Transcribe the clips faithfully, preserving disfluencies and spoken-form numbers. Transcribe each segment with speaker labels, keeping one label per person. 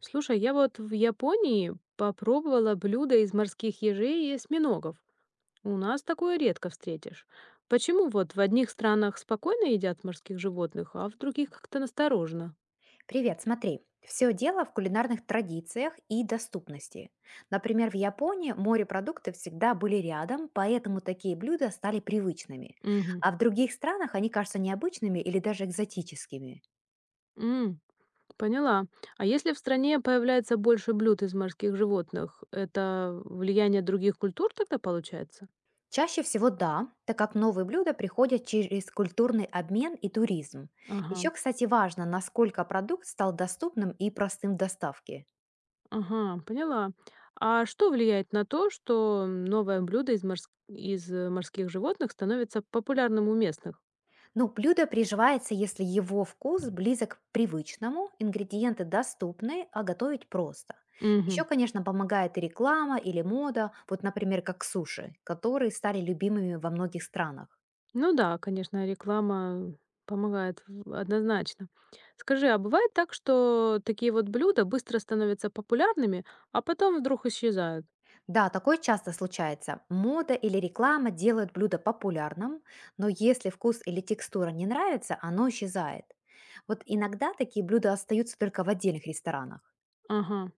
Speaker 1: Слушай, я вот в Японии попробовала блюдо из морских ежей и осьминогов. У нас такое редко встретишь. Почему вот в одних странах спокойно едят морских животных, а в других как-то насторожно?
Speaker 2: Привет, смотри. Все дело в кулинарных традициях и доступности. Например, в Японии морепродукты всегда были рядом, поэтому такие блюда стали привычными.
Speaker 1: Угу.
Speaker 2: А в других странах они кажутся необычными или даже экзотическими.
Speaker 1: Поняла. А если в стране появляется больше блюд из морских животных, это влияние других культур тогда получается?
Speaker 2: Чаще всего да, так как новые блюда приходят через культурный обмен и туризм.
Speaker 1: Ага,
Speaker 2: Еще, кстати, важно, насколько продукт стал доступным и простым в доставке.
Speaker 1: ага, поняла. А что влияет на то, что новое блюдо из морс- из э, морских животных становится популярным у местных?
Speaker 2: Ну, блюдо приживается, если его вкус близок к привычному, ингредиенты доступны, а готовить просто. Еще,
Speaker 1: Мгм.
Speaker 2: конечно, помогает и реклама, или мода, вот, например, как суши, которые стали любимыми во многих странах.
Speaker 1: Ну да, конечно, реклама помогает в однозначно. Скажи, а бывает так, что такие вот блюда быстро становятся популярными, а потом вдруг исчезают?
Speaker 2: Да, такое часто случается. Мода или реклама делают блюдо популярным, но если вкус или текстура не нравится, оно исчезает. Вот иногда такие блюда остаются только в отдельных ресторанах.
Speaker 1: Ага,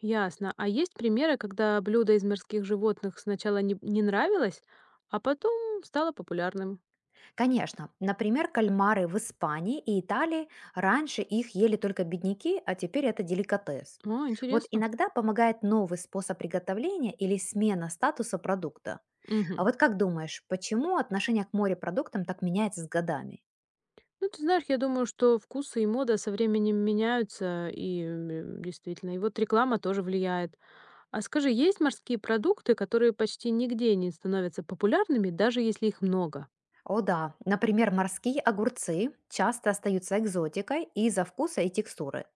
Speaker 1: ясно. А есть примеры, когда блюдо из морских животных сначала не, не нравилось, а потом стало популярным?
Speaker 2: Конечно. Например, кальмары в Испании и Италии раньше их ели только бедняки, а теперь это деликатес.
Speaker 1: О,
Speaker 2: Вот
Speaker 1: интересно.
Speaker 2: иногда помогает новый способ приготовления или смена статуса продукта. А
Speaker 1: Мгм.
Speaker 2: вот как думаешь, почему отношение к морепродуктам так меняется с годами?
Speaker 1: Ну, ты знаешь, я думаю, что вкусы и мода со временем меняются, и м, действительно, и вот реклама тоже влияет. А скажи, есть морские продукты, которые почти нигде не становятся популярными, даже если их много?
Speaker 2: О да, например, морские огурцы часто остаются экзотикой из-за вкуса и текстуры.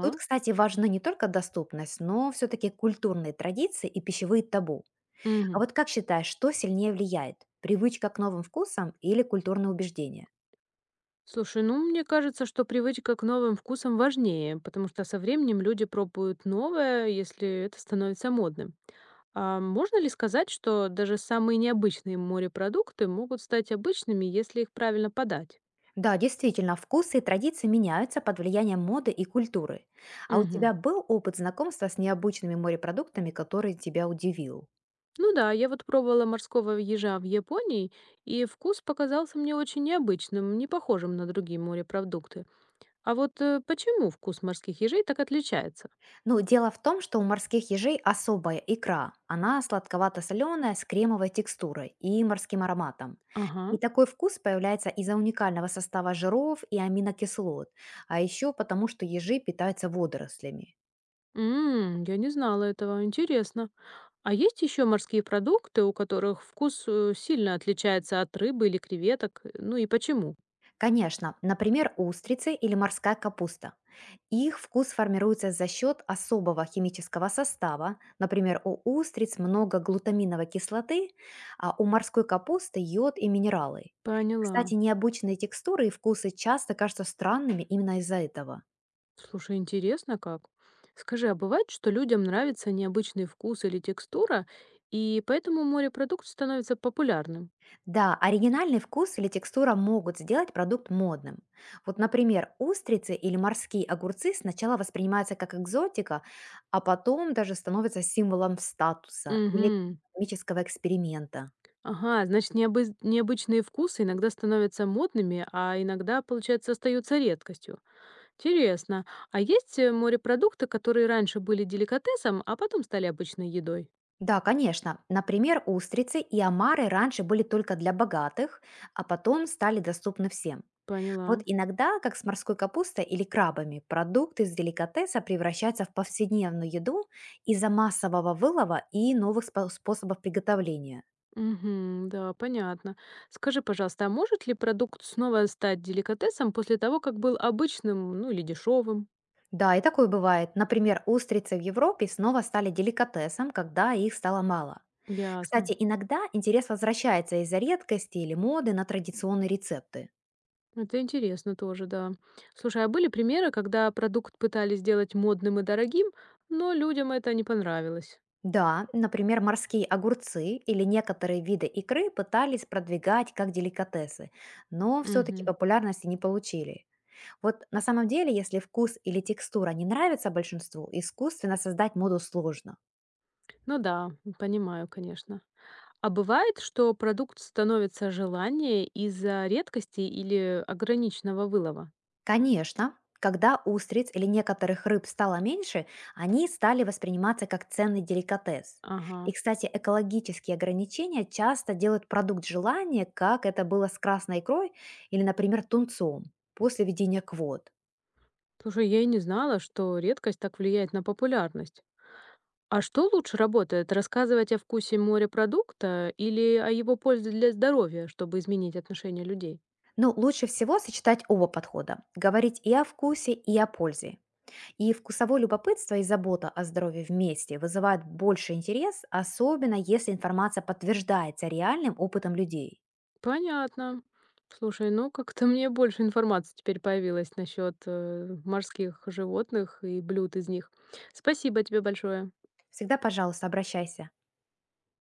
Speaker 2: Тут, кстати, важны не только доступность, но все-таки культурные традиции и пищевые табу. А
Speaker 1: Мгм.
Speaker 2: вот как считаешь, что сильнее влияет? Привычка к новым вкусам или культурные убеждения?
Speaker 1: Слушай, ну мне кажется, что привычка к новым вкусам важнее, потому что со временем люди пробуют новое, если это становится модным. А можно ли сказать, что даже самые необычные морепродукты могут стать обычными, если их правильно подать?
Speaker 2: Да, действительно, вкусы и традиции меняются под влиянием моды и культуры. А у
Speaker 1: Мгм.
Speaker 2: тебя был опыт знакомства с необычными морепродуктами, который тебя удивил?
Speaker 1: Ну да, я вот пробовала морского ежа в Японии, и вкус показался мне очень необычным, не похожим на другие морепродукты. А вот э, почему вкус морских ежей так отличается?
Speaker 2: Ну, дело в том, что у морских ежей особая икра. Она сладковато-соленая, с кремовой текстурой и морским ароматом. И
Speaker 1: Ага.
Speaker 2: такой вкус появляется из-за уникального состава жиров и аминокислот, а еще потому, что ежи питаются водорослями.
Speaker 1: М, я не знала этого. Интересно. А есть еще морские продукты, у которых вкус э, сильно отличается от рыбы или креветок? Ну и почему?
Speaker 2: Конечно, например, устрицы или морская капуста. Их вкус формируется за счет особого химического состава. Например, у устриц много глутаминовой кислоты, а у морской капусты йод и минералы. Кстати,
Speaker 1: Поняла.
Speaker 2: необычные текстуры и вкусы часто кажутся странными именно из-за этого.
Speaker 1: Слушай, интересно как. Скажи, а бывает, что людям нравится необычный вкус или текстура, и поэтому морепродукт становится популярным?
Speaker 2: Да, оригинальный вкус или текстура могут сделать продукт модным. Вот, например, устрицы или морские огурцы сначала воспринимаются как экзотика, а потом даже становятся символом статуса или
Speaker 1: Угу.
Speaker 2: экономического эксперимента.
Speaker 1: Ага, значит, необы- необычные вкусы иногда становятся модными, а иногда, получается, остаются редкостью. Интересно. А есть э, морепродукты, которые раньше были деликатесом, а потом стали обычной едой?
Speaker 2: Да, конечно. Например, устрицы и омары раньше были только для богатых, а потом стали доступны всем.
Speaker 1: Поняла.
Speaker 2: Вот иногда, как с морской капустой или крабами, продукты из деликатеса превращаются в повседневную еду из-за массового вылова и новых спо- способов приготовления.
Speaker 1: Угу, да, понятно. Скажи, пожалуйста, а может ли продукт снова стать деликатесом после того, как был обычным, ну или дешевым?
Speaker 2: Да, и такое бывает. Например, устрицы в Европе снова стали деликатесом, когда их стало мало.
Speaker 1: Ясно.
Speaker 2: Кстати, иногда интерес возвращается из-за редкости или моды на традиционные рецепты.
Speaker 1: Это интересно тоже, да. Слушай, а были примеры, когда продукт пытались сделать модным и дорогим, но людям это не понравилось?
Speaker 2: Да, например, морские огурцы или некоторые виды икры пытались продвигать как деликатесы, но все-таки
Speaker 1: Угу.
Speaker 2: популярности не получили. Вот на самом деле, если вкус или текстура не нравится большинству, искусственно создать моду сложно.
Speaker 1: Ну да, понимаю, конечно. А бывает, что продукт становится желаннее из-за редкости или ограниченного вылова?
Speaker 2: Конечно, когда устриц или некоторых рыб стало меньше, они стали восприниматься как ценный деликатес. И,
Speaker 1: Ага.
Speaker 2: кстати, экологические ограничения часто делают продукт желания, как это было с красной икрой или, например, тунцом после введения квот.
Speaker 1: Слушай, я и не знала, что редкость так влияет на популярность. А что лучше работает, рассказывать о вкусе морепродукта или о его пользе для здоровья, чтобы изменить отношение людей?
Speaker 2: Но лучше всего сочетать оба подхода– говорить и о вкусе, и о пользе. И вкусовое любопытство и забота о здоровье вместе вызывают больше интерес, особенно если информация подтверждается реальным опытом людей.
Speaker 1: Понятно. Слушай, ну как-то мне больше информации теперь появилось насчет э, морских животных и блюд из них. Спасибо тебе большое.
Speaker 2: Всегда, пожалуйста, обращайся.